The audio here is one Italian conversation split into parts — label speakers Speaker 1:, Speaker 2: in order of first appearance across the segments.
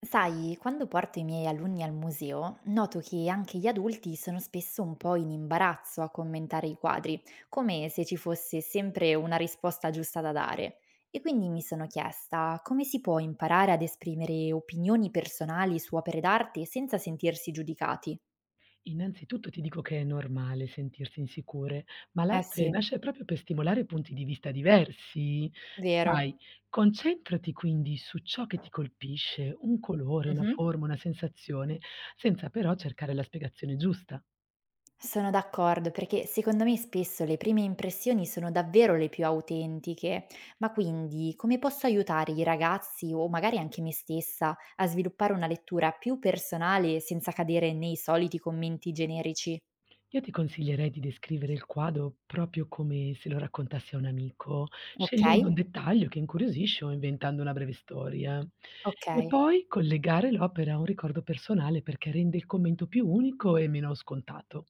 Speaker 1: Sai, quando porto i miei alunni al museo, noto che anche gli adulti sono spesso un po' in imbarazzo a commentare i quadri, come se ci fosse sempre una risposta giusta da dare. E quindi mi sono chiesta come si può imparare ad esprimere opinioni personali su opere d'arte senza sentirsi giudicati.
Speaker 2: Innanzitutto ti dico che è normale sentirsi insicure, ma
Speaker 1: Eh
Speaker 2: l'arte
Speaker 1: sì,
Speaker 2: nasce proprio per stimolare punti di vista diversi.
Speaker 1: vero.
Speaker 2: Sai, concentrati quindi su ciò che ti colpisce, un colore, una
Speaker 1: Mhm.
Speaker 2: forma, una sensazione, senza però cercare la spiegazione giusta.
Speaker 1: Sono d'accordo, perché secondo me spesso le prime impressioni sono davvero le più autentiche. Ma quindi come posso aiutare i ragazzi o magari anche me stessa a sviluppare una lettura più personale senza cadere nei soliti commenti generici?
Speaker 2: Io ti consiglierei di descrivere il quadro proprio come se lo raccontassi a un amico,
Speaker 1: Ok?
Speaker 2: scegliendo un dettaglio che incuriosisce o inventando una breve storia.
Speaker 1: Ok.
Speaker 2: E poi collegare l'opera a un ricordo personale perché rende il commento più unico e meno scontato.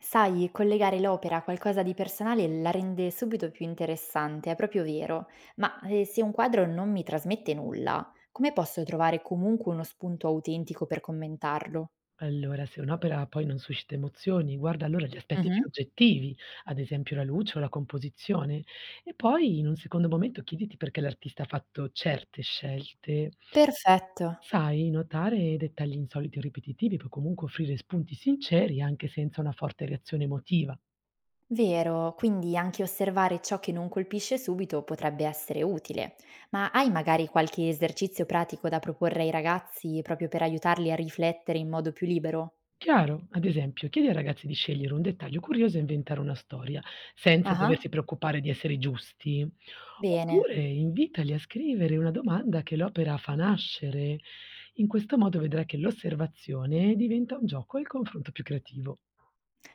Speaker 1: Sai, collegare l'opera a qualcosa di personale la rende subito più interessante, è proprio vero. Ma se un quadro non mi trasmette nulla, come posso trovare comunque uno spunto autentico per commentarlo?
Speaker 2: Allora, se un'opera poi non suscita emozioni, guarda allora gli aspetti più oggettivi, ad esempio la luce o la composizione, e poi in un secondo momento chiediti perché l'artista ha fatto certe scelte.
Speaker 1: Perfetto,
Speaker 2: Sai, notare dettagli insoliti o ripetitivi può comunque offrire spunti sinceri anche senza una forte reazione emotiva.
Speaker 1: vero, quindi anche osservare ciò che non colpisce subito potrebbe essere utile, ma hai magari qualche esercizio pratico da proporre ai ragazzi proprio per aiutarli a riflettere in modo più libero?
Speaker 2: Chiaro, ad esempio, chiedi ai ragazzi di scegliere un dettaglio curioso e inventare una storia, senza
Speaker 1: Ah,
Speaker 2: doversi preoccupare di essere giusti. Oppure
Speaker 1: bene,
Speaker 2: invitali a scrivere una domanda che l'opera fa nascere. In questo modo vedrai che l'osservazione diventa un gioco e il confronto più creativo.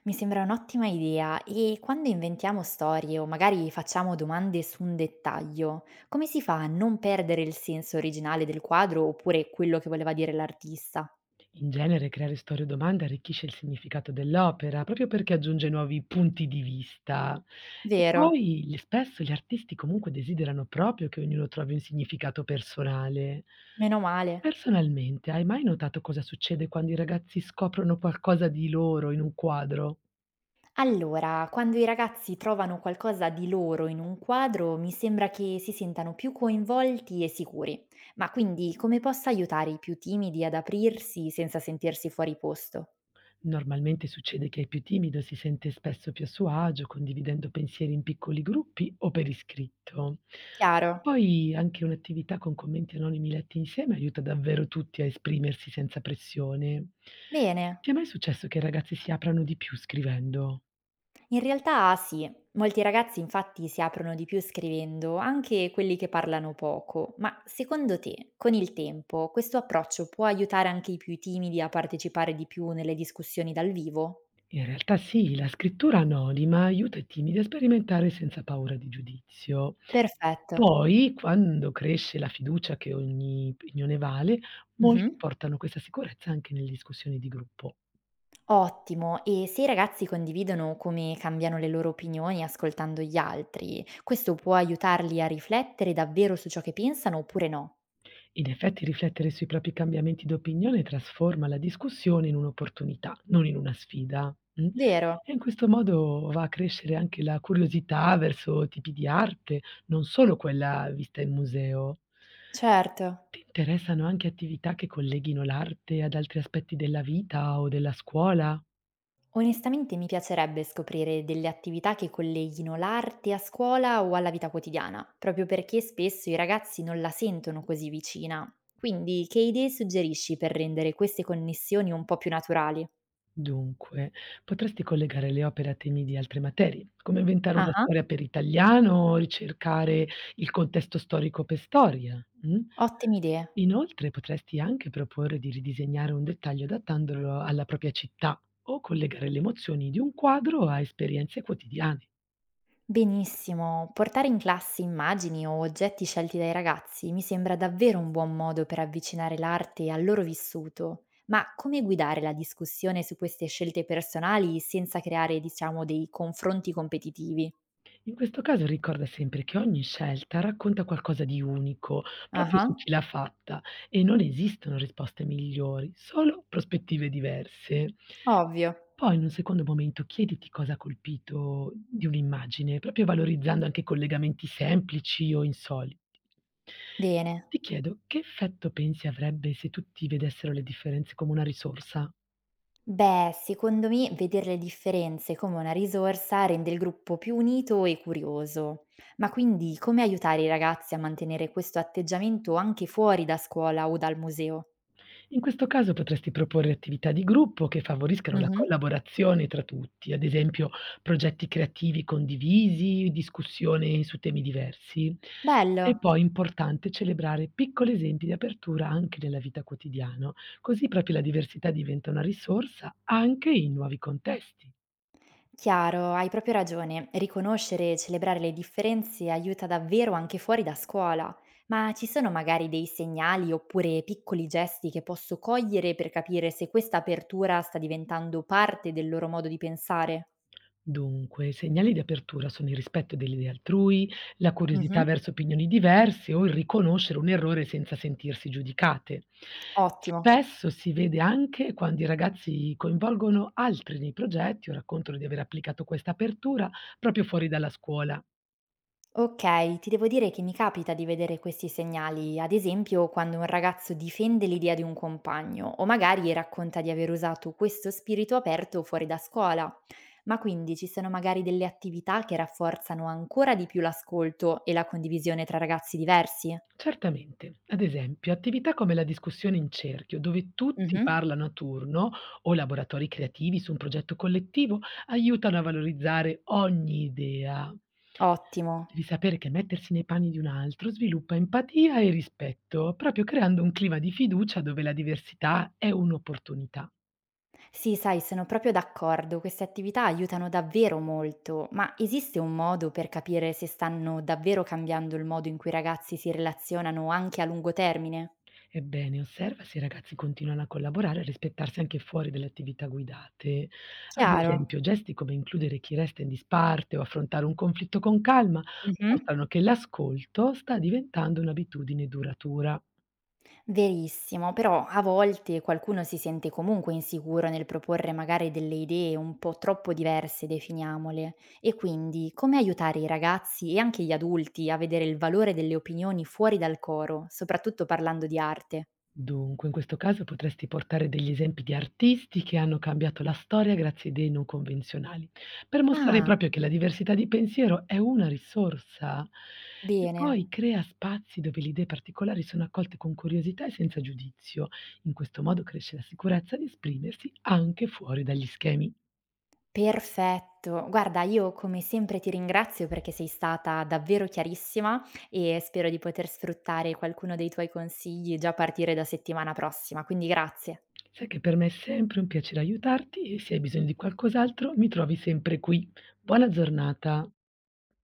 Speaker 1: mi sembra un'ottima idea e quando inventiamo storie o magari facciamo domande su un dettaglio, come si fa a non perdere il senso originale del quadro oppure quello che voleva dire l'artista?
Speaker 2: In genere, creare storie o domande arricchisce il significato dell'opera, proprio perché aggiunge nuovi punti di vista. E
Speaker 1: Vero,
Speaker 2: poi spesso gli artisti comunque desiderano proprio che ognuno trovi un significato personale.
Speaker 1: meno male.
Speaker 2: Personalmente, hai mai notato cosa succede quando i ragazzi scoprono qualcosa di loro in un quadro?
Speaker 1: Allora, quando i ragazzi trovano qualcosa di loro in un quadro, mi sembra che si sentano più coinvolti e sicuri. Ma quindi come posso aiutare i più timidi ad aprirsi senza sentirsi fuori posto?
Speaker 2: Normalmente succede che il più timido si sente spesso più a suo agio condividendo pensieri in piccoli gruppi o per iscritto.
Speaker 1: Chiaro.
Speaker 2: Poi anche un'attività con commenti anonimi letti insieme aiuta davvero tutti a esprimersi senza pressione.
Speaker 1: Bene,
Speaker 2: Ti è mai successo che i ragazzi si aprano di più scrivendo?
Speaker 1: in realtà sì, molti ragazzi infatti si aprono di più scrivendo, anche quelli che parlano poco. Ma secondo te, con il tempo, questo approccio può aiutare anche i più timidi a partecipare di più nelle discussioni dal vivo?
Speaker 2: In realtà sì, la scrittura anonima aiuta i timidi a sperimentare senza paura di giudizio.
Speaker 1: Perfetto.
Speaker 2: Poi, quando cresce la fiducia che ogni opinione vale, molti
Speaker 1: Mhm.
Speaker 2: portano questa sicurezza anche nelle discussioni di gruppo.
Speaker 1: Ottimo, e se i ragazzi condividono come cambiano le loro opinioni ascoltando gli altri, questo può aiutarli a riflettere davvero su ciò che pensano oppure no?
Speaker 2: In effetti riflettere sui propri cambiamenti d'opinione trasforma la discussione in un'opportunità, non in una sfida,
Speaker 1: Vero,
Speaker 2: E in questo modo va a crescere anche la curiosità verso tipi di arte, non solo quella vista in museo.
Speaker 1: certo.
Speaker 2: Ti interessano anche attività che colleghino l'arte ad altri aspetti della vita o della scuola?
Speaker 1: Onestamente mi piacerebbe scoprire delle attività che colleghino l'arte a scuola o alla vita quotidiana, proprio perché spesso i ragazzi non la sentono così vicina. Quindi, che idee suggerisci per rendere queste connessioni un po' più naturali?
Speaker 2: Dunque, potresti collegare le opere a temi di altre materie, come inventare una
Speaker 1: Ah,
Speaker 2: storia per italiano o ricercare il contesto storico per storia. Mm?
Speaker 1: ottime idee.
Speaker 2: Inoltre, potresti anche proporre di ridisegnare un dettaglio adattandolo alla propria città o collegare le emozioni di un quadro a esperienze quotidiane.
Speaker 1: Benissimo, portare in classe immagini o oggetti scelti dai ragazzi mi sembra davvero un buon modo per avvicinare l'arte al loro vissuto, ma come guidare la discussione su queste scelte personali senza creare, diciamo, dei confronti competitivi?
Speaker 2: In questo caso ricorda sempre che ogni scelta racconta qualcosa di unico, proprio
Speaker 1: Ah,
Speaker 2: su chi l'ha fatta, e non esistono risposte migliori, solo prospettive diverse.
Speaker 1: ovvio.
Speaker 2: Poi in un secondo momento chiediti cosa ha colpito di un'immagine, proprio valorizzando anche collegamenti semplici o insoliti.
Speaker 1: Bene.
Speaker 2: Ti chiedo, che effetto pensi avrebbe se tutti vedessero le differenze come una risorsa?
Speaker 1: Beh, secondo me vedere le differenze come una risorsa rende il gruppo più unito e curioso. Ma quindi come aiutare i ragazzi a mantenere questo atteggiamento anche fuori da scuola o dal museo?
Speaker 2: In questo caso potresti proporre attività di gruppo che favoriscano la
Speaker 1: Mhm.
Speaker 2: collaborazione tra tutti, ad esempio progetti creativi condivisi, discussioni su temi diversi. E
Speaker 1: Bello.
Speaker 2: poi è importante celebrare piccoli esempi di apertura anche nella vita quotidiana, così proprio la diversità diventa una risorsa anche in nuovi contesti.
Speaker 1: Chiaro, hai proprio ragione. Riconoscere e celebrare le differenze aiuta davvero anche fuori da scuola. Ma ci sono magari dei segnali oppure piccoli gesti che posso cogliere per capire se questa apertura sta diventando parte del loro modo di pensare?
Speaker 2: Dunque, i segnali di apertura sono il rispetto delle idee altrui, la curiosità
Speaker 1: Mhm,
Speaker 2: verso opinioni diverse o il riconoscere un errore senza sentirsi giudicate.
Speaker 1: ottimo.
Speaker 2: Spesso si vede anche quando i ragazzi coinvolgono altri nei progetti o raccontano di aver applicato questa apertura proprio fuori dalla scuola.
Speaker 1: Ok, ti devo dire che mi capita di vedere questi segnali, ad esempio quando un ragazzo difende l'idea di un compagno o magari racconta di aver usato questo spirito aperto fuori da scuola. Ma quindi ci sono magari delle attività che rafforzano ancora di più l'ascolto e la condivisione tra ragazzi diversi?
Speaker 2: Certamente. Ad esempio, attività come la discussione in cerchio, dove tutti
Speaker 1: Mhm,
Speaker 2: parlano a turno, o laboratori creativi su un progetto collettivo, aiutano a valorizzare ogni idea.
Speaker 1: ottimo.
Speaker 2: Devi sapere che mettersi nei panni di un altro sviluppa empatia e rispetto, proprio creando un clima di fiducia dove la diversità è un'opportunità.
Speaker 1: Sì, sai, sono proprio d'accordo. Queste attività aiutano davvero molto, ma esiste un modo per capire se stanno davvero cambiando il modo in cui i ragazzi si relazionano anche a lungo termine?
Speaker 2: Ebbene, osserva se i ragazzi continuano a collaborare e a rispettarsi anche fuori dalle attività guidate. Ad
Speaker 1: Chiaro?
Speaker 2: esempio, gesti come includere chi resta in disparte o affrontare un conflitto con calma
Speaker 1: Mhm.
Speaker 2: mostrano che l'ascolto sta diventando un'abitudine duratura.
Speaker 1: Verissimo, però a volte qualcuno si sente comunque insicuro nel proporre magari delle idee un po' troppo diverse, definiamole. E quindi come aiutare i ragazzi e anche gli adulti a vedere il valore delle opinioni fuori dal coro, soprattutto parlando di arte?
Speaker 2: Dunque, in questo caso potresti portare degli esempi di artisti che hanno cambiato la storia grazie a idee non convenzionali, per mostrare
Speaker 1: Ah,
Speaker 2: proprio che la diversità di pensiero è una risorsa. E
Speaker 1: bene.
Speaker 2: poi crea spazi dove le idee particolari sono accolte con curiosità e senza giudizio. In questo modo cresce la sicurezza di esprimersi anche fuori dagli schemi.
Speaker 1: Perfetto. Guarda, io come sempre ti ringrazio perché sei stata davvero chiarissima e spero di poter sfruttare qualcuno dei tuoi consigli già a partire da settimana prossima, quindi grazie.
Speaker 2: Sai che per me è sempre un piacere aiutarti e se hai bisogno di qualcos'altro mi trovi sempre qui. Buona giornata.